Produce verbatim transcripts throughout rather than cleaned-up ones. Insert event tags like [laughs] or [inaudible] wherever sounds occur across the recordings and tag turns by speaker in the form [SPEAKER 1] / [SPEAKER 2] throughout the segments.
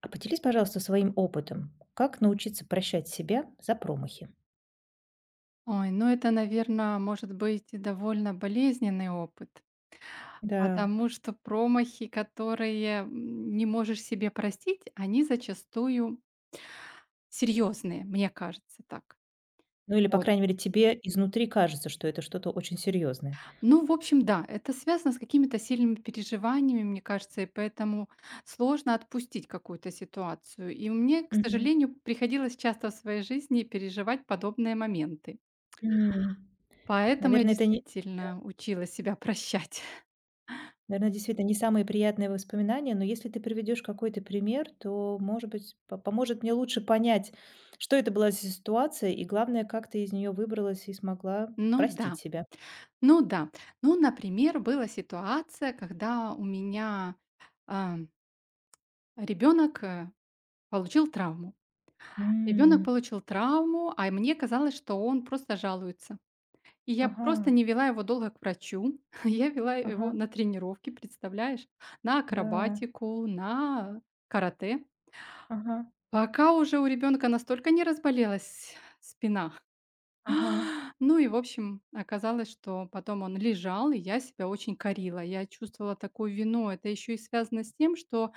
[SPEAKER 1] А поделись, пожалуйста, своим опытом. Как научиться прощать себя за промахи?
[SPEAKER 2] Ой, ну это, наверное, может быть довольно болезненный опыт,
[SPEAKER 1] Да.
[SPEAKER 2] потому что промахи, которые, м, не можешь себе простить, они зачастую серьезные, мне кажется так.
[SPEAKER 1] Ну или, по
[SPEAKER 2] Вот.
[SPEAKER 1] крайней мере, тебе изнутри кажется, что это что-то очень серьезное.
[SPEAKER 2] Ну, в общем, да, это связано с какими-то сильными переживаниями, мне кажется, и поэтому сложно отпустить какую-то ситуацию. И мне, к
[SPEAKER 1] Мгм.
[SPEAKER 2] сожалению, приходилось часто в своей жизни переживать подобные моменты.
[SPEAKER 1] М.
[SPEAKER 2] Поэтому я
[SPEAKER 1] Наверное, это не
[SPEAKER 2] действительно учила себя прощать. [laughs]
[SPEAKER 1] наверное, действительно не самые приятные воспоминания, но если ты приведешь какой-то пример, то, может быть, по- поможет мне лучше понять, что это была за ситуация, и главное, как ты из нее выбралась и смогла
[SPEAKER 2] Ну
[SPEAKER 1] простить
[SPEAKER 2] да.
[SPEAKER 1] себя.
[SPEAKER 2] Ну да. Ну, например, была ситуация, когда у меня, а, ребенок э, получил травму. Ребенок
[SPEAKER 1] М.
[SPEAKER 2] получил травму, а мне казалось, что он просто жалуется. И я
[SPEAKER 1] Ага,
[SPEAKER 2] просто не вела его долго к врачу. [laughs] Я вела его
[SPEAKER 1] ага,
[SPEAKER 2] на тренировки, представляешь? На
[SPEAKER 1] да,
[SPEAKER 2] акробатику, на карате.
[SPEAKER 1] ага,
[SPEAKER 2] Пока уже у ребенка настолько не разболелась спина.
[SPEAKER 1] ага,
[SPEAKER 2] [gasps] Ну и, в общем, оказалось, что потом он лежал, и я себя очень корила. Я чувствовала такую вину. Это еще и связано с тем, что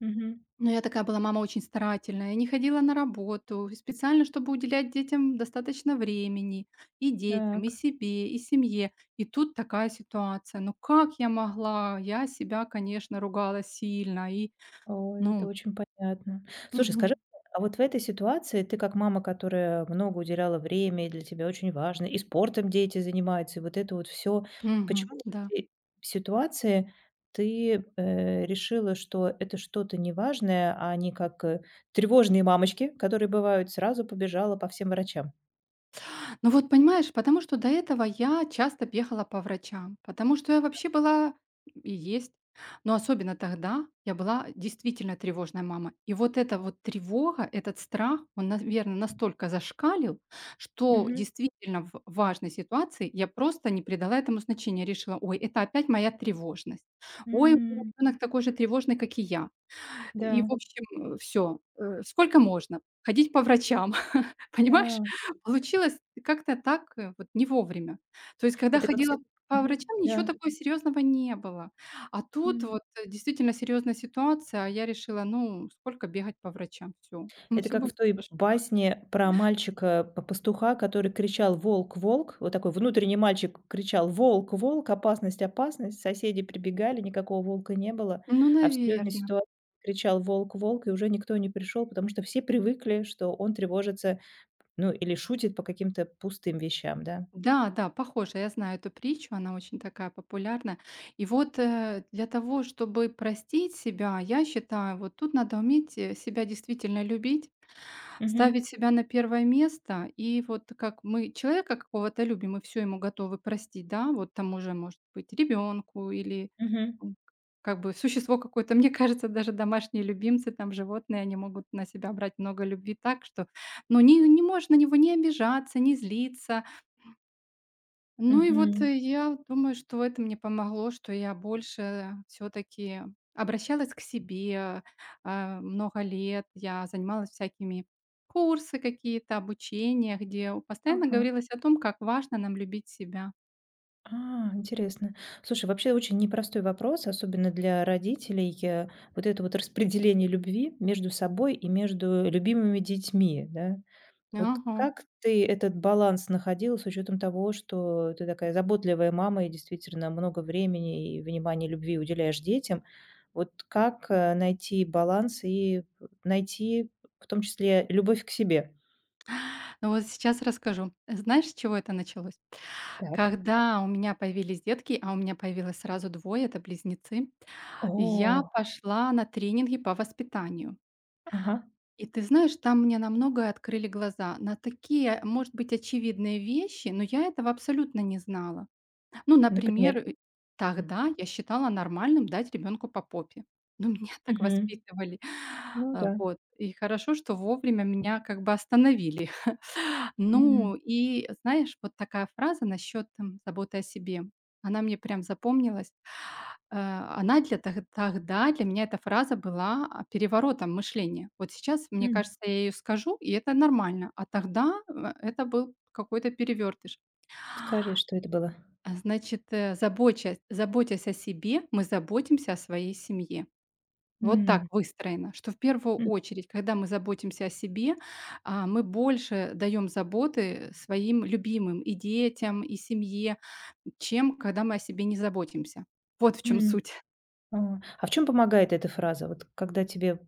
[SPEAKER 1] мгм.
[SPEAKER 2] ну, я такая была мама очень старательная. Я не ходила на работу специально, чтобы уделять детям достаточно времени. И детям, и
[SPEAKER 1] Так.
[SPEAKER 2] себе, и семье. И тут такая ситуация. Ну как я могла? Я себя, конечно, ругала сильно. И,
[SPEAKER 1] Ой, это
[SPEAKER 2] ну.
[SPEAKER 1] очень понятно. Слушай,
[SPEAKER 2] Мгм.
[SPEAKER 1] скажи, а вот в этой ситуации ты как мама, которая много уделяла время, и для тебя очень важно, и спортом дети занимаются, и вот это вот все.
[SPEAKER 2] Мгм,
[SPEAKER 1] Почему в
[SPEAKER 2] да.
[SPEAKER 1] этой ситуации ты, э, решила, что это что-то неважное, а не как, э, тревожные мамочки, которые бывают, сразу побежала по всем врачам?
[SPEAKER 2] Ну вот понимаешь, потому что до этого я часто бегала по врачам, потому что я вообще была и есть, но особенно тогда я была действительно тревожная мама. И вот эта вот тревога, этот страх, он, наверное, настолько зашкалил, что
[SPEAKER 1] Мгм.
[SPEAKER 2] действительно в важной ситуации я просто не придала этому значения. Решила, ой, это опять моя тревожность. Ой, мой
[SPEAKER 1] М.
[SPEAKER 2] ребенок такой же тревожный, как и я. И, в
[SPEAKER 1] Да,
[SPEAKER 2] общем, все. Сколько можно? Ходить по врачам. Понимаешь,
[SPEAKER 1] да.
[SPEAKER 2] [laughs] получилось как-то так, э, вот не вовремя. То есть, когда
[SPEAKER 1] Это как
[SPEAKER 2] ходила
[SPEAKER 1] всегда.
[SPEAKER 2] по
[SPEAKER 1] Мгм.
[SPEAKER 2] врачам, ничего
[SPEAKER 1] Да.
[SPEAKER 2] такого серьезного не было. А тут
[SPEAKER 1] М.
[SPEAKER 2] вот, э, действительно серьезная ситуация, а я решила: "Ну, сколько бегать по врачам? Все. Ну,
[SPEAKER 1] Это
[SPEAKER 2] всё
[SPEAKER 1] как в
[SPEAKER 2] будет
[SPEAKER 1] той
[SPEAKER 2] хорошо".
[SPEAKER 1] басне про мальчика-пастуха, который кричал: "Волк, волк!" Вот такой внутренний мальчик кричал: "Волк, волк! Опасность, опасность!" Соседи прибегали, никакого волка не было,
[SPEAKER 2] Ну,
[SPEAKER 1] а в серьезной
[SPEAKER 2] наверно.
[SPEAKER 1] ситуации кричал: "Волк, волк!" И уже никто не пришел, потому что все привыкли, что он тревожится, ну, или шутит по каким-то пустым вещам, да.
[SPEAKER 2] Да, да, похоже, я знаю эту притчу, она очень такая популярная. И вот, э, для того, чтобы простить себя, я считаю, вот тут надо уметь, э, себя действительно любить.
[SPEAKER 1] Мгм.
[SPEAKER 2] Ставить себя на первое место, и вот как мы человека какого-то любим и все ему готовы простить, да, вот тому же, может быть, ребенку или,
[SPEAKER 1] Мгм.
[SPEAKER 2] м, как бы существо какое-то. Мне кажется, даже домашние любимцы, там животные, они могут на себя брать много любви так, что, ну, не не можно на него не обижаться, не злиться. Ну и вот,
[SPEAKER 1] Мгм.
[SPEAKER 2] э, я думаю, что это мне помогло, что я больше все таки обращалась к себе. А, много лет я занималась всякими курсы какие-то, обучения, где у постоянно
[SPEAKER 1] Ага.
[SPEAKER 2] говорилось о том, как важно нам любить себя.
[SPEAKER 1] А, интересно. Слушай, вообще очень непростой вопрос, особенно для родителей. э, Вот это вот распределение любви между собой и между любимыми детьми, да? Вот
[SPEAKER 2] Ага.
[SPEAKER 1] как ты этот баланс находила с учетом того, что ты такая заботливая мама и действительно много времени и внимания любви уделяешь детям? Вот как э, найти баланс и найти в том числе любовь к себе?
[SPEAKER 2] Ну вот сейчас расскажу. Знаешь, с чего это началось?
[SPEAKER 1] Так.
[SPEAKER 2] Когда у меня появились детки, а у меня появилось сразу двое, это близнецы, я
[SPEAKER 1] О,
[SPEAKER 2] пошла на тренинги по воспитанию.
[SPEAKER 1] ага,
[SPEAKER 2] И ты знаешь, там мне на многое открыли глаза, на такие, может быть, очевидные вещи, но я этого абсолютно не знала. Ну, например,
[SPEAKER 1] например.
[SPEAKER 2] э, тогда я считала нормальным дать ребенку по попе. Ну, меня [laughs] так
[SPEAKER 1] Мгм.
[SPEAKER 2] воспитывали.
[SPEAKER 1] Ну
[SPEAKER 2] А,
[SPEAKER 1] да.
[SPEAKER 2] вот. И хорошо, что вовремя меня как бы остановили. [laughs] Ну, и знаешь, вот такая фраза насчет м, заботы о себе, она мне прям запомнилась. Э, она для тог тогда для меня эта фраза была, а, переворотом мышления. Вот сейчас, мне
[SPEAKER 1] М.
[SPEAKER 2] кажется, я ее скажу, и это нормально, а тогда, э, это был какой-то перевертыш.
[SPEAKER 1] Скажи, что это было?
[SPEAKER 2] А, значит, э, забочась заботясь о себе, мы заботимся о своей семье. Вот так
[SPEAKER 1] М.
[SPEAKER 2] выстроено, что в первую
[SPEAKER 1] М,
[SPEAKER 2] очередь, когда мы заботимся о себе, а, мы больше даем заботы своим любимым, и детям, и семье, чем когда мы о себе не заботимся. Вот в чем
[SPEAKER 1] м.
[SPEAKER 2] суть.
[SPEAKER 1] А. А в чем помогает эта фраза? Вот когда тебе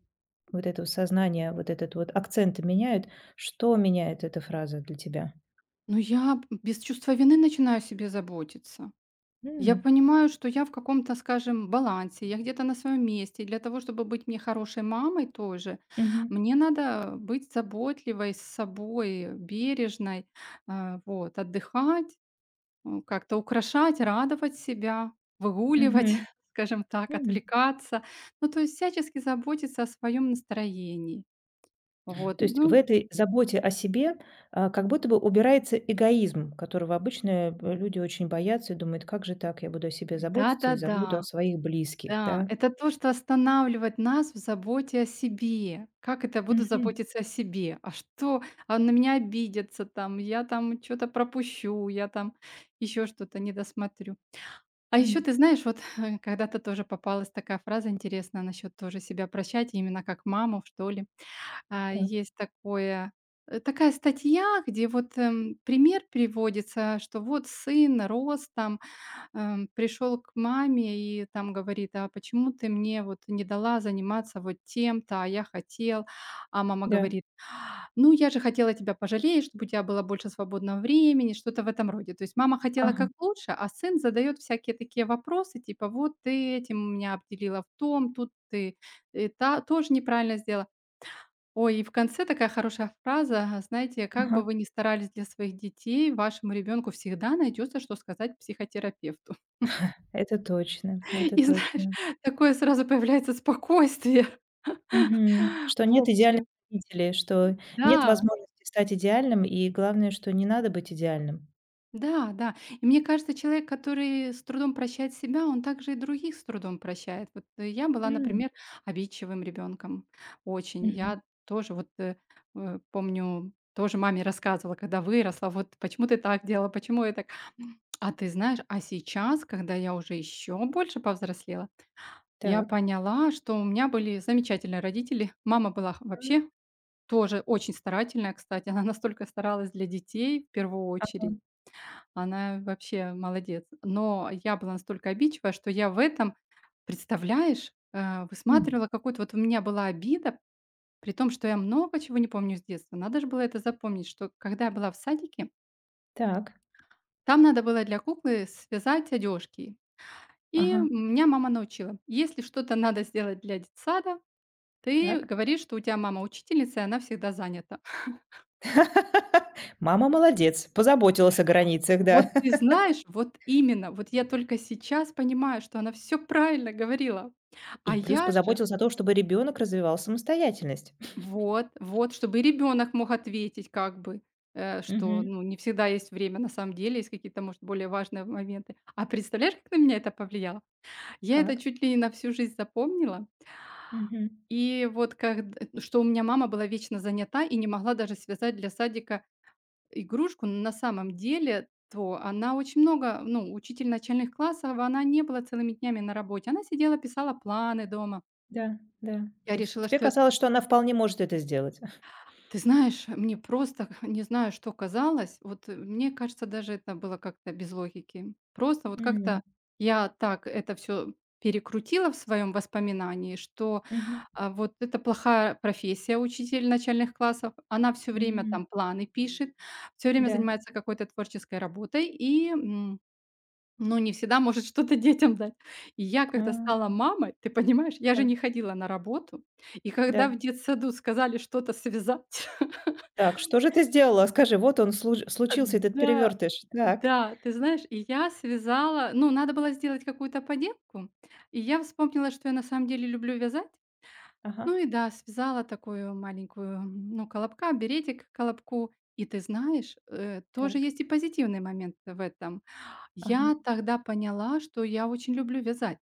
[SPEAKER 1] вот это вот сознание, вот этот вот акценты меняют, что меняет эта фраза для тебя?
[SPEAKER 2] Ну, я б без чувства вины начинаю о себе заботиться. Я
[SPEAKER 1] М.
[SPEAKER 2] понимаю, что я в каком-то, скажем, балансе, я где-то на своем месте. И для того, чтобы быть мне хорошей мамой тоже,
[SPEAKER 1] Мгм.
[SPEAKER 2] мне надо быть заботливой с собой, бережной, а, вот, отдыхать, м, как-то украшать, радовать себя, выгуливать,
[SPEAKER 1] Мгм.
[SPEAKER 2] [laughs] скажем так,
[SPEAKER 1] М.
[SPEAKER 2] отвлекаться. Ну, то есть всячески заботиться о своем настроении. Вот,
[SPEAKER 1] То есть в
[SPEAKER 2] ну
[SPEAKER 1] этой заботе о себе, а, как будто бы убирается эгоизм, которого обычно, э, люди очень боятся и думают: "Как же так? Я буду о себе заботиться и забуду о
[SPEAKER 2] да-да-да.
[SPEAKER 1] своих близких".
[SPEAKER 2] Да,
[SPEAKER 1] Да?
[SPEAKER 2] это то, что останавливает нас в заботе о себе. Как это я буду
[SPEAKER 1] Мгм.
[SPEAKER 2] заботиться о себе? А что? А на меня обидятся там, я там что то пропущу, я там еще что-то не досмотрю. А еще
[SPEAKER 1] М.
[SPEAKER 2] ты знаешь, вот [laughs] э, когда-то тоже попалась такая фраза интересная насчет тоже себя прощать, именно как маму, что ли. А,
[SPEAKER 1] Так.
[SPEAKER 2] есть такое э, такая статья, где вот, эм, пример приводится, что вот сын рос там эм, пришел к маме и там говорит: "А почему ты мне вот не дала заниматься вот тем-то, а я хотел?" А мама
[SPEAKER 1] Да.
[SPEAKER 2] говорит: "Ну, я же хотела тебя пожалеть, чтобы у тебя было больше свободного времени", что-то в этом роде. То есть мама хотела
[SPEAKER 1] Ага.
[SPEAKER 2] как лучше, а сын задает всякие такие вопросы, типа: "Вот ты этим меня обделила в том, тут ты и та тоже неправильно сделала". Ой, и в конце такая хорошая фраза, знаете: "Как
[SPEAKER 1] Ага.
[SPEAKER 2] бы вы ни старались для своих детей, вашему ребенку всегда найдется, что сказать психотерапевту".
[SPEAKER 1] Это точно,
[SPEAKER 2] [laughs]
[SPEAKER 1] это
[SPEAKER 2] И знаешь,
[SPEAKER 1] точно.
[SPEAKER 2] такое сразу появляется спокойствие,
[SPEAKER 1] Мгм.
[SPEAKER 2] [laughs]
[SPEAKER 1] Что
[SPEAKER 2] в
[SPEAKER 1] нет идеальных
[SPEAKER 2] общем.
[SPEAKER 1] родителей, что нет
[SPEAKER 2] Да,
[SPEAKER 1] возможности стать идеальным, и главное, что не надо быть идеальным.
[SPEAKER 2] да, да. И мне кажется, человек, который с трудом прощает себя, он также и других с трудом прощает. Вот, э, я была,
[SPEAKER 1] М,
[SPEAKER 2] например, обидчивым ребенком. Очень.
[SPEAKER 1] мгм.
[SPEAKER 2] Я тоже вот, э, э, помню, тоже маме рассказывала, когда выросла: "Вот почему ты так делала, почему я так?" [sniffs] [smacks lips] А ты знаешь, а сейчас, когда я уже еще больше повзрослела, я
[SPEAKER 1] Так.
[SPEAKER 2] поняла, что у меня были замечательные родители. Мама была х
[SPEAKER 1] М,
[SPEAKER 2] вообще тоже очень старательная, кстати. [laughs] Она настолько старалась для детей, в первую очередь.
[SPEAKER 1] ага.
[SPEAKER 2] Она вообще молодец. Но я была настолько обидчивая, что я в этом, представляешь, э,
[SPEAKER 1] М,
[SPEAKER 2] высматривала какую-то вот у меня была обида, при том, что я много чего не помню с детства. Надо же было это запомнить, что когда я была в садике,
[SPEAKER 1] так.
[SPEAKER 2] там надо было для куклы связать одежки. И
[SPEAKER 1] Ага.
[SPEAKER 2] меня мама научила. Если что-то надо сделать для детсада, ты
[SPEAKER 1] Так.
[SPEAKER 2] говоришь, что у тебя мама учительница, и она всегда занята.
[SPEAKER 1] [laughs] Мама молодец, позаботилась о границах,
[SPEAKER 2] Вот
[SPEAKER 1] да.
[SPEAKER 2] ты
[SPEAKER 1] [laughs]
[SPEAKER 2] знаешь, вот именно, вот я только сейчас понимаю, что она все правильно говорила. А
[SPEAKER 1] И плюс
[SPEAKER 2] я же
[SPEAKER 1] позаботилась о том, чтобы ребенок развивал самостоятельность. [laughs]
[SPEAKER 2] вот, вот, чтобы и ребёнок мог ответить как бы, э, что,
[SPEAKER 1] Мгм.
[SPEAKER 2] ну, не всегда есть время, на самом деле есть какие-то, может, более важные моменты. А представляешь, как на меня это повлияло? Я это
[SPEAKER 1] Как?
[SPEAKER 2] чуть ли не на всю жизнь запомнила.
[SPEAKER 1] Мгм.
[SPEAKER 2] И вот как что у меня мама была вечно занята и не могла даже связать для садика игрушку, но на самом деле, то она очень много ну, учитель начальных классов, она не была целыми днями на работе. Она сидела, писала планы дома.
[SPEAKER 1] Да, да.
[SPEAKER 2] Я
[SPEAKER 1] То есть
[SPEAKER 2] решила,
[SPEAKER 1] тебе
[SPEAKER 2] что.
[SPEAKER 1] казалось, что она вполне может это сделать. [laughs]
[SPEAKER 2] Ты знаешь, мне просто [laughs] не знаю, что казалось. Вот, э, мне кажется, даже это было как-то без логики. Просто вот как-то
[SPEAKER 1] М,
[SPEAKER 2] я так это все перекрутила в своем воспоминании, что,
[SPEAKER 1] мгм,
[SPEAKER 2] а, вот это плохая профессия - учитель начальных классов. Она все время
[SPEAKER 1] м,
[SPEAKER 2] там планы пишет, все время
[SPEAKER 1] да.
[SPEAKER 2] занимается какой-то творческой работой и, м, ну, не всегда может [laughs] что-то детям дать. И я
[SPEAKER 1] А,
[SPEAKER 2] когда стала мамой, ты понимаешь, я же
[SPEAKER 1] так,
[SPEAKER 2] не ходила на работу. И когда
[SPEAKER 1] да.
[SPEAKER 2] в детсаду сказали что-то связать.
[SPEAKER 1] Так, что же ты сделала? Скажи, вот он, слу случился этот
[SPEAKER 2] Да,
[SPEAKER 1] перевертыш. Так.
[SPEAKER 2] да, ты знаешь, и я связала, ну, надо было сделать какую-то поделку, и я вспомнила, что я на самом деле люблю вязать.
[SPEAKER 1] Ага,
[SPEAKER 2] Ну и да, связала такую маленькую, ну, колобка, беретик к колобку. И ты знаешь, э, тоже
[SPEAKER 1] так.
[SPEAKER 2] есть и позитивный момент в этом.
[SPEAKER 1] Ага,
[SPEAKER 2] Я тогда поняла, что я очень люблю вязать.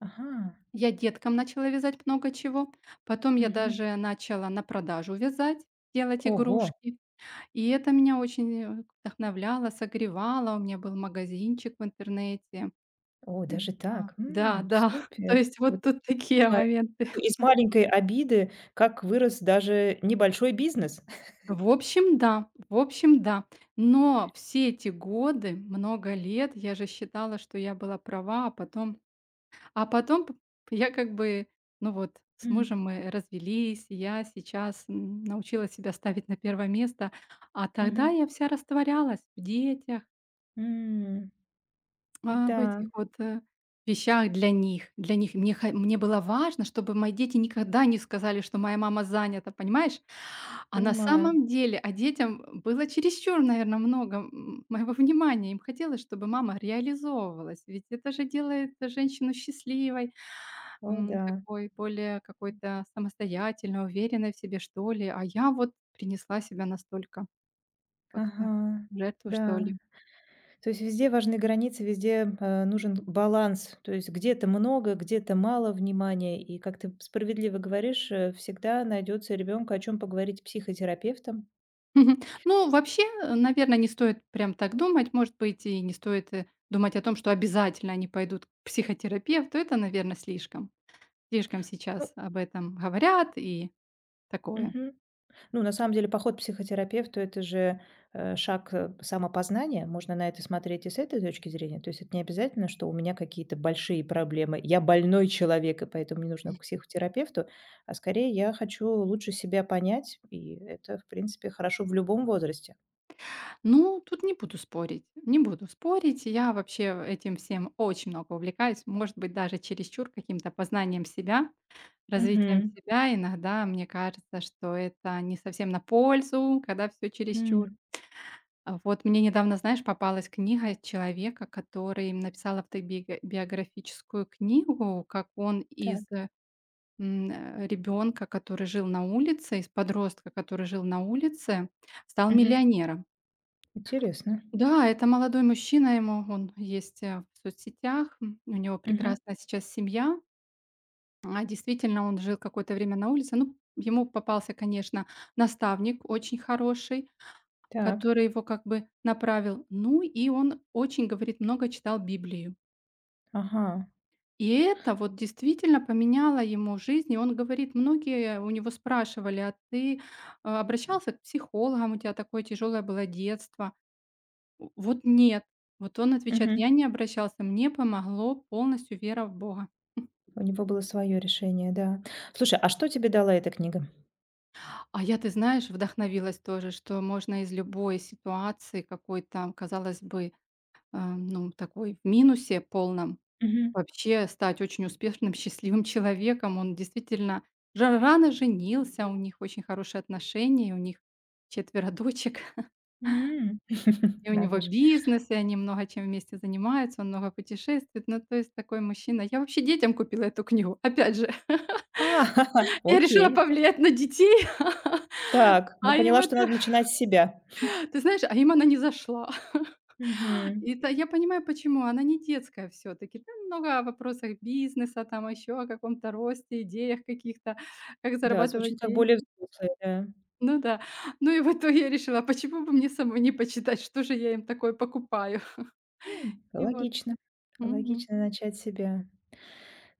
[SPEAKER 1] ага.
[SPEAKER 2] Я деткам начала вязать много чего, потом я
[SPEAKER 1] Мгм.
[SPEAKER 2] даже начала на продажу вязать, делать
[SPEAKER 1] Ого!
[SPEAKER 2] игрушки. И это меня очень, э, вдохновляло, согревало. У меня был магазинчик в интернете.
[SPEAKER 1] О,
[SPEAKER 2] Э,
[SPEAKER 1] даже
[SPEAKER 2] да,
[SPEAKER 1] так.
[SPEAKER 2] да,
[SPEAKER 1] М,
[SPEAKER 2] да. [laughs]
[SPEAKER 1] супер.
[SPEAKER 2] То есть
[SPEAKER 1] Вот
[SPEAKER 2] вот
[SPEAKER 1] я
[SPEAKER 2] тут такие
[SPEAKER 1] понимаю,
[SPEAKER 2] моменты.
[SPEAKER 1] такой из маленькой обиды, как вырос даже небольшой бизнес. [laughs]
[SPEAKER 2] В общем, да, в общем, да. Но все эти годы, много лет, я же считала, что я была права, а потом а потом п я как бы, ну вот, с
[SPEAKER 1] М,
[SPEAKER 2] мужем мы развелись, и я сейчас, м, научила себя ставить на первое место, а тогда
[SPEAKER 1] мгм,
[SPEAKER 2] я вся растворялась в детях.
[SPEAKER 1] м.
[SPEAKER 2] А, в
[SPEAKER 1] Да,
[SPEAKER 2] этих вот, э, вещах для них. Для них мне ха мне было важно, чтобы мои дети никогда не сказали, что моя мама занята, понимаешь? А на
[SPEAKER 1] понимаю.
[SPEAKER 2] самом деле, а детям было чересчур, наверное, много, м, моего внимания. Им хотелось, чтобы мама реализовывалась, ведь это же делает женщину счастливой,
[SPEAKER 1] О
[SPEAKER 2] м,
[SPEAKER 1] да.
[SPEAKER 2] такой более какой-то самостоятельной, уверенной в себе, что ли. А я вот принесла себя настолько как-то
[SPEAKER 1] Ага,
[SPEAKER 2] в жертву,
[SPEAKER 1] да.
[SPEAKER 2] что ли.
[SPEAKER 1] То есть везде важны границы, везде, э, нужен баланс. То есть где-то много, где-то мало внимания. И, как ты справедливо говоришь, э, всегда найдется ребенка, о чем поговорить с психотерапевтом.
[SPEAKER 2] Мгм. Ну, вообще, наверное, не стоит прям так думать. Может быть, и не стоит, э, думать о том, что обязательно они пойдут к психотерапевту. Это, наверное, слишком. Слишком
[SPEAKER 1] Ну,
[SPEAKER 2] сейчас об этом говорят и такое.
[SPEAKER 1] мгм. Ну, на самом деле, поход к психотерапевту- это же, э, шаг, э, самопознания. Можно на это смотреть и с этой точки зрения. То есть это не обязательно, что у меня какие-то большие проблемы. Я больной человек, и поэтому мне нужно к психотерапевту. А скорее я хочу лучше себя понять, и это, в принципе, хорошо в любом возрасте.
[SPEAKER 2] Ну, тут не буду спорить, не буду спорить. Я вообще этим всем очень много увлекаюсь. Может быть, даже чересчур каким-то познанием себя, развитием
[SPEAKER 1] Мгм.
[SPEAKER 2] себя. Иногда мне кажется, что это не совсем на пользу, когда всё чересчур.
[SPEAKER 1] М.
[SPEAKER 2] А вот мне недавно, знаешь, попалась книга человека, который написал автобиографическую книгу, как он
[SPEAKER 1] Так.
[SPEAKER 2] из э, э, ребенка, который жил на улице, из подростка, который жил на улице, стал
[SPEAKER 1] Мгм.
[SPEAKER 2] миллионером.
[SPEAKER 1] Интересно.
[SPEAKER 2] Да, это молодой мужчина, ему он есть э, в соцсетях, м, у него
[SPEAKER 1] Мгм.
[SPEAKER 2] прекрасная сейчас семья. А действительно, он жил какое-то время на улице. Ну, ему попался, конечно, наставник очень хороший,
[SPEAKER 1] Так.
[SPEAKER 2] который его как бы направил. Ну и он очень, говорит, много читал Библию.
[SPEAKER 1] Ага.
[SPEAKER 2] И это вот действительно поменяло ему жизнь. И он говорит, многие у него спрашивали: "А ты, э, обращался к психологам? У тебя такое тяжелое было детство?" В Вот нет. Вот он отвечает:
[SPEAKER 1] Мгм.
[SPEAKER 2] "Я не обращался, мне помогло полностью вера в Бога".
[SPEAKER 1] У него было свое решение, да. Слушай, а что тебе дала эта книга?
[SPEAKER 2] А я, ты знаешь, вдохновилась тоже, что можно из любой ситуации какой-то, казалось бы, э, ну, такой в минусе полном,
[SPEAKER 1] Мгм.
[SPEAKER 2] вообще стать очень успешным, счастливым человеком. Он действительно жа рано женился, у них очень хорошие отношения, у них четверо дочек,
[SPEAKER 1] М.
[SPEAKER 2] [laughs]
[SPEAKER 1] [laughs]
[SPEAKER 2] и у
[SPEAKER 1] Надо
[SPEAKER 2] него
[SPEAKER 1] же.
[SPEAKER 2] бизнес, и они много чем вместе занимаются, он много путешествует. Ну, то есть такой мужчина. Я вообще детям купила эту книгу. Опять же,
[SPEAKER 1] А, [laughs]
[SPEAKER 2] [laughs] я решила
[SPEAKER 1] окей.
[SPEAKER 2] повлиять на детей, [laughs]
[SPEAKER 1] Так, ну
[SPEAKER 2] а им
[SPEAKER 1] поняла, что
[SPEAKER 2] это,
[SPEAKER 1] надо начинать с себя.
[SPEAKER 2] [laughs] ты знаешь, а им она не зашла. [laughs]
[SPEAKER 1] Мгм.
[SPEAKER 2] Это я понимаю, почему. Она не детская все таки. Там много о вопросах бизнеса, там еще о каком-то росте, идеях каких-то, как
[SPEAKER 1] Да,
[SPEAKER 2] зарабатывать
[SPEAKER 1] звучит как
[SPEAKER 2] деньги.
[SPEAKER 1] более взрослая, да.
[SPEAKER 2] Ну да. Ну и в итоге я решила, почему бы мне самой не почитать, что же я им такое покупаю. [laughs]
[SPEAKER 1] М,
[SPEAKER 2] И вот.
[SPEAKER 1] логично.
[SPEAKER 2] Мгм.
[SPEAKER 1] Логично начать с себя.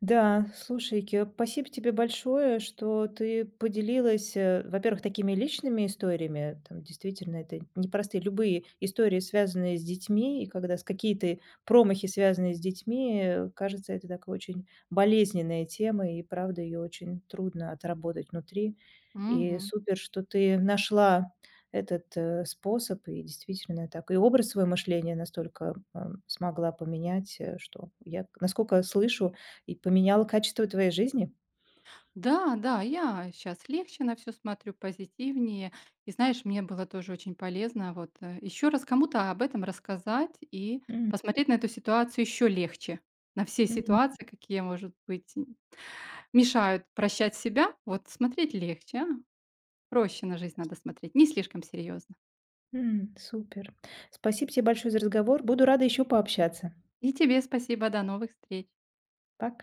[SPEAKER 1] Да, слушай, ке спасибо тебе большое, что ты поделилась, э, во-первых, такими личными историями. Там действительно это непростые любые истории, связанные с детьми, и когда с какие-то промахи, связанные с детьми, э, кажется, это такая очень болезненная тема, и правда ее очень трудно отработать внутри. И
[SPEAKER 2] Мгм.
[SPEAKER 1] супер, что ты нашла этот, э, способ, и действительно так и образ своего мышления настолько, эм, смогла поменять, э, что я, насколько слышу, и поменяла качество твоей жизни?
[SPEAKER 2] Да, да, я сейчас легче на все смотрю, позитивнее. И знаешь, мне было тоже очень полезно вот, э, еще раз кому-то об этом рассказать и
[SPEAKER 1] М,
[SPEAKER 2] посмотреть на эту ситуацию еще легче. На все
[SPEAKER 1] м,
[SPEAKER 2] ситуации, какие, может быть, м, мешают прощать себя, вот смотреть легче, а. Проще на жизнь надо смотреть, не слишком серьезно.
[SPEAKER 1] м. Супер. Спасибо тебе большое за разговор. Буду рада еще пообщаться.
[SPEAKER 2] И тебе спасибо, до новых встреч.
[SPEAKER 1] Пока.